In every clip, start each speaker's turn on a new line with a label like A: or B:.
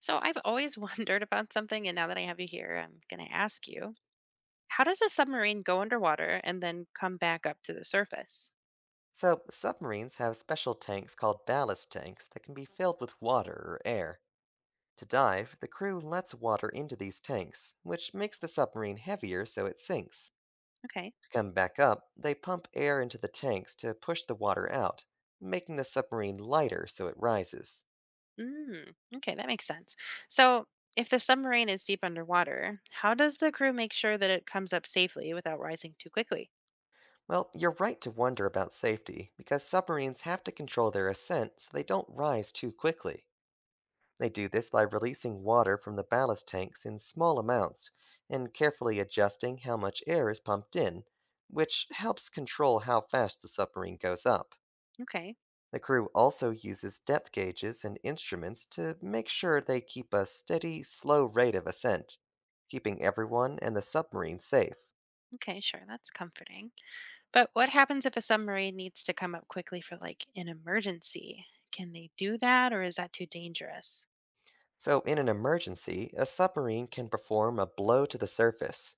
A: So I've always wondered about something, and now that I have you here, I'm going to ask you. How does a submarine go underwater and then come back up to the surface?
B: So, submarines have special tanks called ballast tanks that can be filled with water or air. To dive, the crew lets water into these tanks, which makes the submarine heavier so it sinks.
A: Okay.
B: To come back up, they pump air into the tanks to push the water out, making the submarine lighter so it rises.
A: Mm, okay, that makes sense. So if the submarine is deep underwater, how does the crew make sure that it comes up safely without rising too quickly?
B: Well, you're right to wonder about safety, because submarines have to control their ascent so they don't rise too quickly. They do this by releasing water from the ballast tanks in small amounts and carefully adjusting how much air is pumped in, which helps control how fast the submarine goes up.
A: Okay.
B: The crew also uses depth gauges and instruments to make sure they keep a steady, slow rate of ascent, keeping everyone and the submarine safe.
A: Okay, sure. That's comforting. But what happens if a submarine needs to come up quickly for like an emergency? Can they do that or is that too dangerous?
B: So, in an emergency, a submarine can perform a blow to the surface.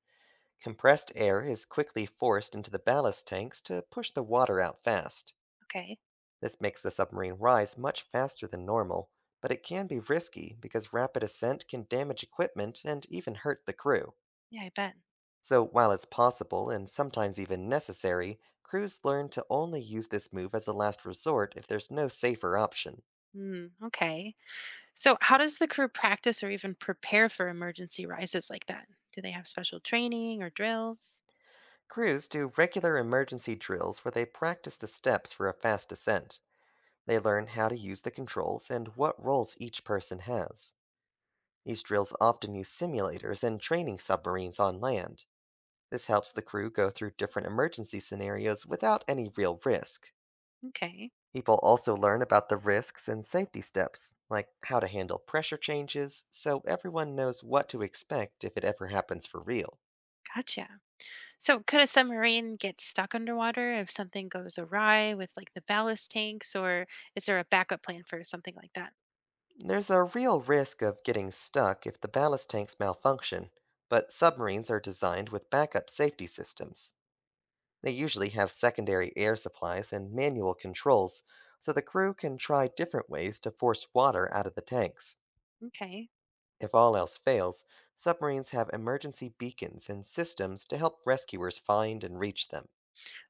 B: Compressed air is quickly forced into the ballast tanks to push the water out fast.
A: Okay.
B: This makes the submarine rise much faster than normal, but it can be risky because rapid ascent can damage equipment and even hurt the crew.
A: Yeah, I bet.
B: So, while it's possible and sometimes even necessary, crews learn to only use this move as a last resort if there's no safer option.
A: Hmm. Okay. So, how does the crew practice or even prepare for emergency rises like that? Do they have special training or drills?
B: Crews do regular emergency drills where they practice the steps for a fast ascent. They learn how to use the controls and what roles each person has. These drills often use simulators and training submarines on land. This helps the crew go through different emergency scenarios without any real risk.
A: Okay,
B: People also learn about the risks and safety steps, like how to handle pressure changes, so everyone knows what to expect if it ever happens for real.
A: gotcha. So, could a submarine get stuck underwater if something goes awry with like the ballast tanks, or is there a backup plan for something like that?
B: There's a real risk of getting stuck if the ballast tanks malfunction, but submarines are designed with backup safety systems. They usually have secondary air supplies and manual controls, so the crew can try different ways to force water out of the tanks.
A: Okay,
B: If all else fails, submarines have emergency beacons and systems to help rescuers find and reach them.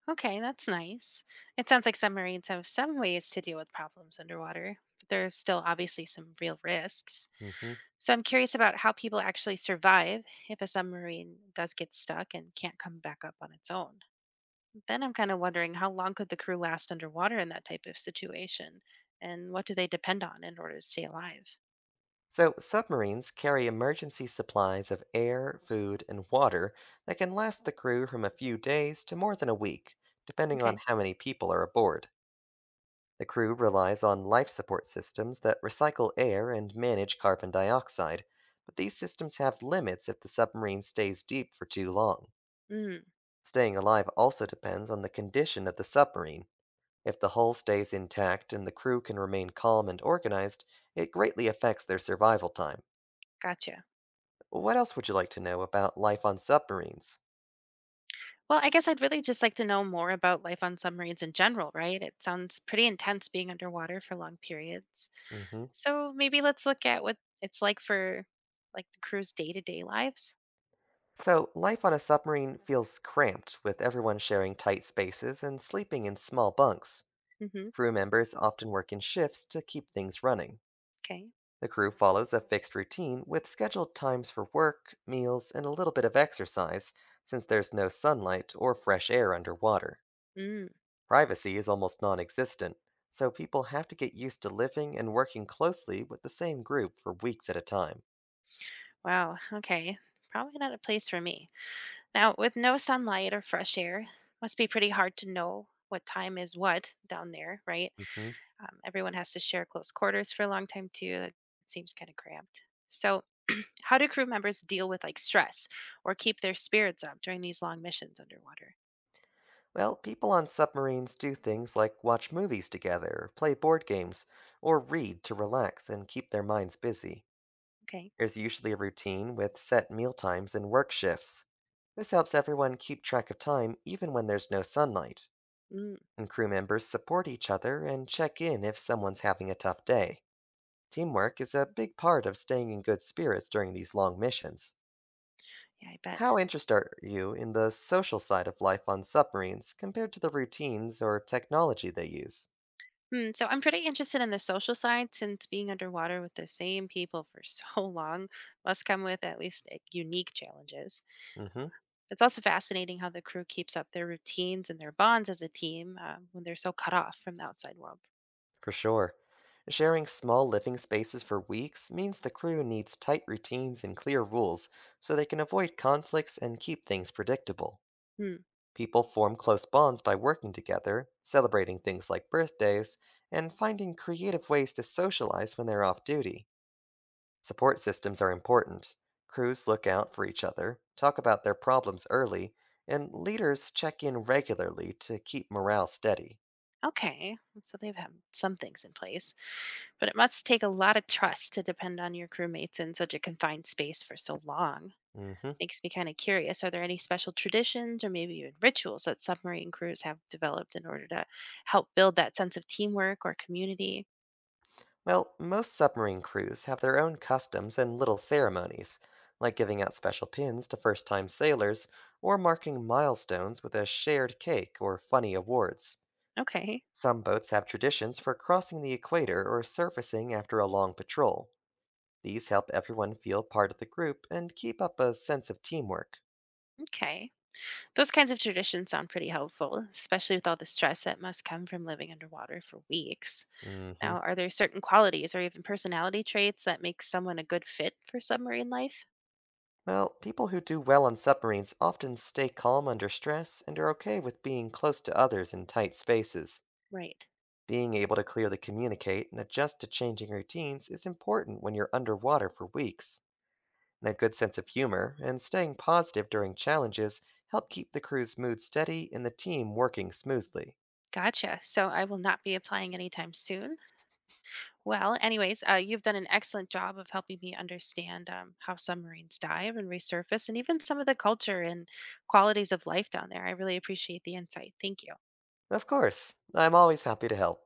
A: okay, that's nice. It sounds like submarines have some ways to deal with problems underwater, but there's still obviously some real risks.
B: hmm
A: So I'm curious about how people actually survive if a submarine does get stuck and can't come back up on its own. Then I'm kind of wondering how long could the crew last underwater in that type of situation and what do they depend on in order to stay alive?
B: So, submarines carry emergency supplies of air, food, and water that can last the crew from a few days to more than a week, depending on
A: Okay.
B: how many people are aboard. The crew relies on life support systems that recycle air and manage carbon dioxide, but these systems have limits if the submarine stays deep for too long.
A: Mm,
B: Staying alive also depends on the condition of the submarine. If the hull stays intact and the crew can remain calm and organized, it greatly affects their survival time.
A: gotcha.
B: What else would you like to know about life on submarines?
A: Well, I guess I'd really just like to know more about life on submarines in general, right? It sounds pretty intense being underwater for long periods.
B: hmm
A: So maybe let's look at what it's like for like the crew's day-to-day lives.
B: So, life on a submarine feels cramped with everyone sharing tight spaces and sleeping in small bunks.
A: Mhm.
B: Crew members often work in shifts to keep things running.
A: Okay.
B: The crew follows a fixed routine with scheduled times for work, meals, and a little bit of exercise, since there's no sunlight or fresh air underwater.
A: Mm.
B: Privacy is almost non existent, so people have to get used to living and working closely with the same group for weeks at a time.
A: Wow, okay. Probably not a place for me. Now, with no sunlight or fresh air, must be pretty hard to know what time is what down there, right?
B: hmm
A: Everyone has to share close quarters for a long time, too. That seems kind of cramped. So, how do crew members deal with like stress or keep their spirits up during these long missions underwater?
B: Well, people on submarines do things like watch movies together, play board games, or read to relax and keep their minds busy.
A: Okay.
B: There's usually a routine with set meal times and work shifts. This helps everyone keep track of time even when there's no sunlight,
A: Mm,
B: and crew members support each other and check in if someone's having a tough day. Teamwork is a big part of staying in good spirits during these long missions.
A: yeah, I bet.
B: How interested are you in the social side of life on submarines compared to the routines or technology they use?
A: Hmm, so, I'm pretty interested in the social side since being underwater with the same people for so long must come with at least unique challenges.
B: hmm,
A: It's also fascinating how the crew keeps up their routines and their bonds as a team when they're so cut off from the outside world.
B: for sure. Sharing small living spaces for weeks means the crew needs tight routines and clear rules so they can avoid conflicts and keep things predictable.
A: Hmm.
B: People form close bonds by working together, celebrating things like birthdays, and finding creative ways to socialize when they're off duty. Support systems are important. Crews look out for each other, talk about their problems early, and leaders check in regularly to keep morale steady.
A: Okay, so they've had some things in place, but it must take a lot of trust to depend on your crewmates in such a confined space for so long.
B: hmm
A: Makes me kind of curious. Are there any special traditions or maybe even rituals that submarine crews have developed in order to help build that sense of teamwork or community?
B: Well, most submarine crews have their own customs and little ceremonies, like giving out special pins to first time sailors or marking milestones with a shared cake or funny awards.
A: Okay,
B: Some boats have traditions for crossing the equator or surfacing after a long patrol. These help everyone feel part of the group and keep up a sense of teamwork.
A: okay. Those kinds of traditions sound pretty helpful, especially with all the stress that must come from living underwater for weeks. Now,
B: hmm
A: are there certain qualities or even personality traits that make someone a good fit for submarine life?
B: Well, people who do well on submarines often stay calm under stress and are okay with being close to others in tight spaces.
A: Right.
B: Being able to clearly communicate and adjust to changing routines is important when you're underwater for weeks. And a good sense of humor and staying positive during challenges help keep the crew's mood steady and the team working smoothly.
A: Gotcha. So I will not be applying anytime soon. Well, anyways, you've done an excellent job of helping me understand how submarines dive and resurface, and even some of the culture and qualities of life down there. I really appreciate the insight. Thank you.
B: Of course, I'm always happy to help.